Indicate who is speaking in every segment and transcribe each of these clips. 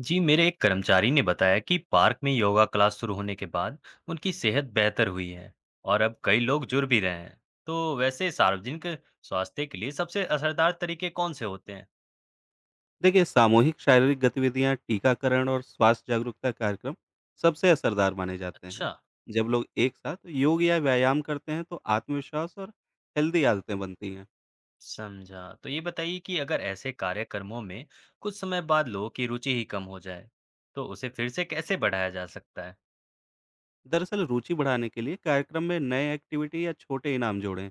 Speaker 1: जी, मेरे एक कर्मचारी ने बताया कि पार्क में योगा क्लास शुरू होने के बाद उनकी सेहत बेहतर हुई है और अब कई लोग जुड़ भी रहे हैं। तो वैसे सार्वजनिक स्वास्थ्य के लिए सबसे असरदार तरीके कौन से होते हैं?
Speaker 2: देखिए, सामूहिक शारीरिक गतिविधियां, टीकाकरण और स्वास्थ्य जागरूकता कार्यक्रम सबसे असरदार माने जाते
Speaker 1: अच्छा।
Speaker 2: हैं। जब लोग एक साथ योग या व्यायाम करते हैं तो आत्मविश्वास और हेल्दी आदतें बनती हैं।
Speaker 1: समझा। तो ये बताइए कि अगर ऐसे कार्यक्रमों में कुछ समय बाद लोगों की रुचि ही कम हो जाए, तो उसे फिर से कैसे बढ़ाया जा सकता है?
Speaker 2: दरअसल रुचि बढ़ाने के लिए कार्यक्रम में नए एक्टिविटी या छोटे इनाम जोड़ें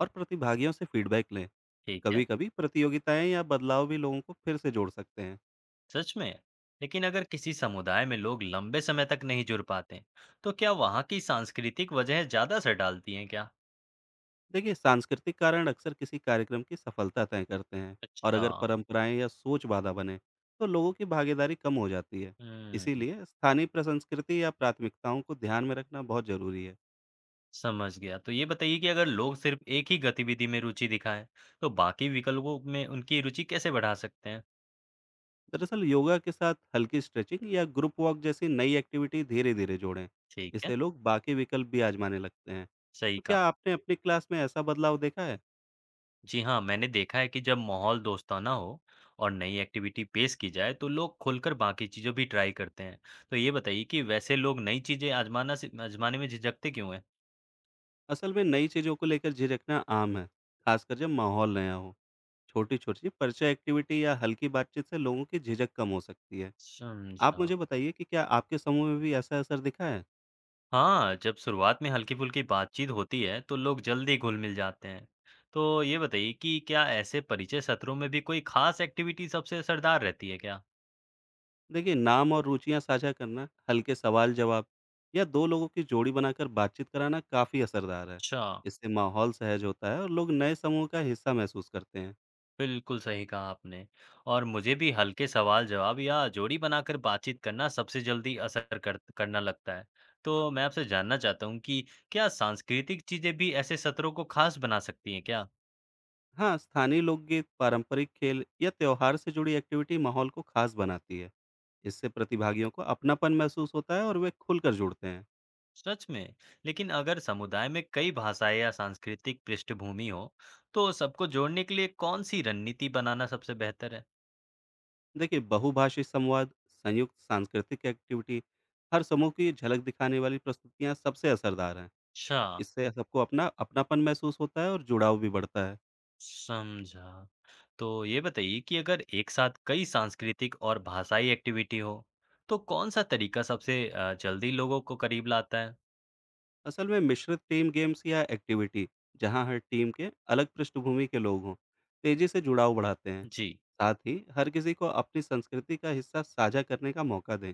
Speaker 2: और प्रतिभागियों से फीडबैक लें।
Speaker 1: ठीक है।
Speaker 2: कभी कभी प्रतियोगिताएं या बदलाव भी लोगों को फिर से जोड़ सकते हैं।
Speaker 1: सच में? लेकिन अगर किसी समुदाय में लोग लंबे समय तक नहीं जुड़ पाते, तो क्या वहाँ की सांस्कृतिक वजह ज्यादा असर डालती हैं क्या?
Speaker 2: देखिए, सांस्कृतिक कारण अक्सर किसी कार्यक्रम की सफलता तय करते हैं, और
Speaker 1: अच्छा।
Speaker 2: अगर परंपराएं या सोच बाधा बने, तो लोगों की भागीदारी कम हो जाती है।
Speaker 1: हुँ।
Speaker 2: इसीलिए स्थानीय प्रसंस्कृति या प्राथमिकताओं को ध्यान में रखना बहुत जरूरी है।
Speaker 1: समझ गया। तो ये बताइए कि अगर लोग सिर्फ़ एक ही गतिविधि में रुचि दिखाएँ, तो बाकी विकल्पों में उनकी रुचि कैसे बढ़ा सकते हैं?
Speaker 2: दरअसल योगा के साथ हल्की स्ट्रेचिंग या ग्रुप वॉक जैसी नई एक्टिविटी धीरे-धीरे जोड़ें।
Speaker 1: ठीक है।
Speaker 2: इससे लोग बाकी विकल्प भी आजमाने लगते हैं।
Speaker 1: सही
Speaker 2: तो
Speaker 1: कहा।
Speaker 2: क्या आपने अपनी क्लास में ऐसा बदलाव देखा है?
Speaker 1: जी हाँ, मैंने देखा है कि जब माहौल दोस्ताना हो और नई एक्टिविटी पेश की जाए, तो लोग खुलकर बाकी चीज़ें भी ट्राई करते हैं। तो ये बताइए कि वैसे लोग नई चीज़ें आज़माना से आज़माने में झिझकते क्यों हैं?
Speaker 2: असल में नई चीज़ों को लेकर झिझकना आम है, खासकर जब माहौल नया हो। छोटी-छोटी परिचय एक्टिविटी या हल्की बातचीत से लोगों की झिझक कम हो सकती है। आप
Speaker 1: समझा।
Speaker 2: मुझे बताइए कि क्या आपके समूह में भी ऐसा असर दिखा है?
Speaker 1: हाँ, जब शुरुआत में हल्की-फुल्की बातचीत होती है, तो लोग जल्दी घुल-मिल जाते हैं। तो ये बताइए कि क्या ऐसे परिचय सत्रों में भी कोई खास एक्टिविटी सबसे असरदार रहती है क्या?
Speaker 2: देखिए, नाम और रुचियाँ साझा करना, हल्के सवाल-जवाब या 2 लोगों की जोड़ी बनाकर बातचीत कराना काफ़ी असरदार है।
Speaker 1: अच्छा।
Speaker 2: इससे माहौल सहज होता है और लोग नए समूह का हिस्सा महसूस करते हैं।
Speaker 1: बिल्कुल सही कहा आपने। और मुझे भी हल्के सवाल-जवाब या जोड़ी बनाकर बातचीत करना सबसे जल्दी असर कर करना लगता है। तो मैं आपसे जानना चाहता हूँ कि क्या सांस्कृतिक चीज़ें भी ऐसे सत्रों को खास बना सकती हैं क्या?
Speaker 2: हाँ, स्थानीय लोकगीत, पारंपरिक खेल या त्योहार से जुड़ी एक्टिविटी माहौल को खास बनाती है। इससे प्रतिभागियों को अपनापन महसूस होता है और वे खुलकर जुड़ते हैं।
Speaker 1: सच में? लेकिन अगर समुदाय में कई भाषाएं या सांस्कृतिक पृष्ठभूमि हो, तो सबको जोड़ने के लिए कौन सी रणनीति बनाना सबसे बेहतर है?
Speaker 2: देखिए, बहुभाषी संवाद, संयुक्त सांस्कृतिक एक्टिविटी, हर समूह की झलक दिखाने वाली प्रस्तुतियां सबसे असरदार हैं।
Speaker 1: अच्छा।
Speaker 2: इससे सबको अपनापन महसूस होता है और जुड़ाव भी बढ़ता है।
Speaker 1: समझा। तो ये बताइए कि अगर एक साथ कई सांस्कृतिक और भाषाई एक्टिविटी हो, तो कौन सा तरीका सबसे जल्दी लोगों को करीब लाता है?
Speaker 2: असल में मिश्रित टीम गेम्स या एक्टिविटी, जहां हर टीम के अलग पृष्ठभूमि के लोग हों, तेजी से जुड़ाव बढ़ाते हैं।
Speaker 1: जी।
Speaker 2: साथ ही हर किसी को अपनी संस्कृति का हिस्सा साझा करने का मौका दें।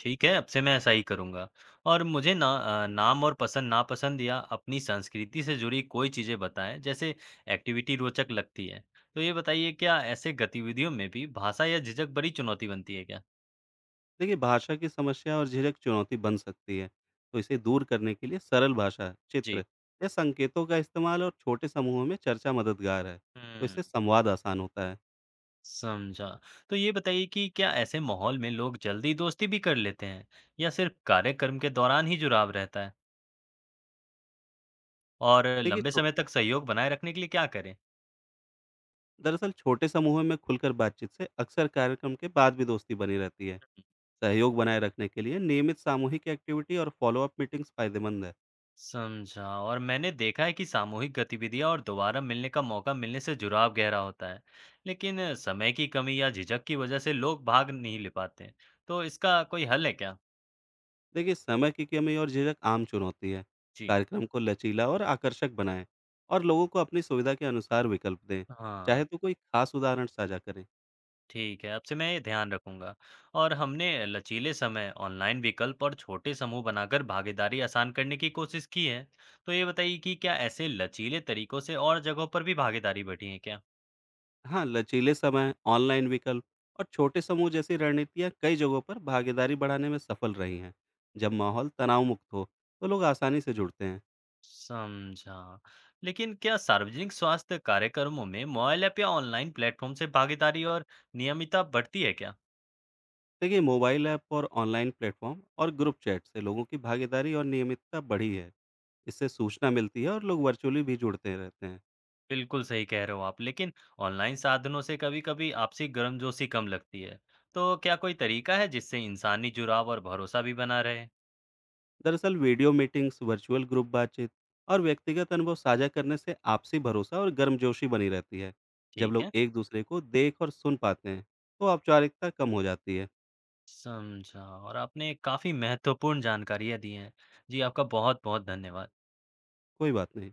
Speaker 1: ठीक है, अब से मैं ऐसा ही करूँगा। और मुझे ना नाम और पसंद-नापसंद या अपनी संस्कृति से जुड़ी कोई चीज़ें बताएँ, जैसे एक्टिविटी रोचक लगती है। तो ये बताइए, क्या ऐसे गतिविधियों में भी भाषा या झिझक बड़ी चुनौती बनती है क्या?
Speaker 2: देखिए, भाषा की समस्या और झिझक चुनौती बन सकती है, तो इसे दूर करने के लिए सरल भाषा,
Speaker 1: जी।
Speaker 2: चित्र या संकेतों का इस्तेमाल और छोटे समूहों में चर्चा मददगार है। तो
Speaker 1: हुँ।
Speaker 2: इससे संवाद आसान होता है।
Speaker 1: समझा। तो ये बताइए कि क्या ऐसे माहौल में लोग जल्दी दोस्ती भी कर लेते हैं, या सिर्फ़ कार्यक्रम के दौरान ही जुड़ाव रहता है? और
Speaker 2: देखिए
Speaker 1: लंबे
Speaker 2: छो-
Speaker 1: समय तक सहयोग बनाए रखने के लिए क्या करें?
Speaker 2: दरअसल छोटे समूहों में खुलकर बातचीत से अक्सर कार्यक्रम के बाद भी दोस्ती बनी रहती है। सहयोग बनाए रखने के लिए नियमित सामूहिक एक्टिविटी और फॉलोअप मीटिंग्स फायदेमंद है।
Speaker 1: समझा। और मैंने देखा है कि सामूहिक गतिविधियां और दोबारा मिलने का मौका मिलने से जुड़ाव गहरा होता है। लेकिन समय की कमी या झिझक की वजह से लोग भाग नहीं ले पाते, तो इसका कोई हल है क्या?
Speaker 2: देखिए, समय की कमी और झिझक आम चुनौती है।
Speaker 1: जी।
Speaker 2: कार्यक्रम को लचीला और आकर्षक बनाएं और लोगों को अपनी सुविधा के अनुसार विकल्प दें।
Speaker 1: हाँ,
Speaker 2: चाहे तो कोई खास उदाहरण साझा करें।
Speaker 1: ठीक है, अब से मैं ये ध्यान रखूंगा। और हमने लचीले समय, ऑनलाइन विकल्प और छोटे समूह बनाकर भागीदारी आसान करने की कोशिश की है। तो ये बताइए कि क्या ऐसे लचीले तरीकों से और जगहों पर भी भागीदारी बढ़ी है क्या?
Speaker 2: हाँ, लचीले समय, ऑनलाइन विकल्प और छोटे समूह जैसी रणनीतियाँ कई जगहों पर भागीदारी बढ़ाने में सफल रही हैं। जब माहौल तनाव मुक्त हो तो लोग आसानी से जुड़ते हैं।
Speaker 1: समझा। लेकिन क्या सार्वजनिक स्वास्थ्य कार्यक्रमों में मोबाइल ऐप या ऑनलाइन प्लेटफ़ॉर्म से भागीदारी और नियमितता बढ़ती है क्या?
Speaker 2: देखिए, मोबाइल ऐप और ऑनलाइन प्लेटफॉर्म और ग्रुप चैट से लोगों की भागीदारी और नियमितता बढ़ी है। इससे सूचना मिलती है और लोग वर्चुअली भी जुड़ते रहते हैं।
Speaker 1: बिल्कुल सही कह रहे हो आप, लेकिन ऑनलाइन साधनों से कभी-कभी आपसी गर्मजोशी कम लगती है। तो क्या कोई तरीका है जिससे इंसानी जुड़ाव और भरोसा भी बना रहे?
Speaker 2: दरअसल वीडियो मीटिंग्स, वर्चुअल ग्रुप बातचीत और व्यक्तिगत अनुभव साझा करने से आपसी भरोसा और गर्मजोशी बनी रहती है। जब
Speaker 1: ठीक
Speaker 2: लोग
Speaker 1: है।
Speaker 2: एक दूसरे को देख और सुन पाते हैं तो औपचारिकता कम हो जाती है।
Speaker 1: समझा। और आपने काफ़ी महत्वपूर्ण जानकारियाँ दी हैं। जी, आपका बहुत-बहुत धन्यवाद।
Speaker 2: कोई बात नहीं।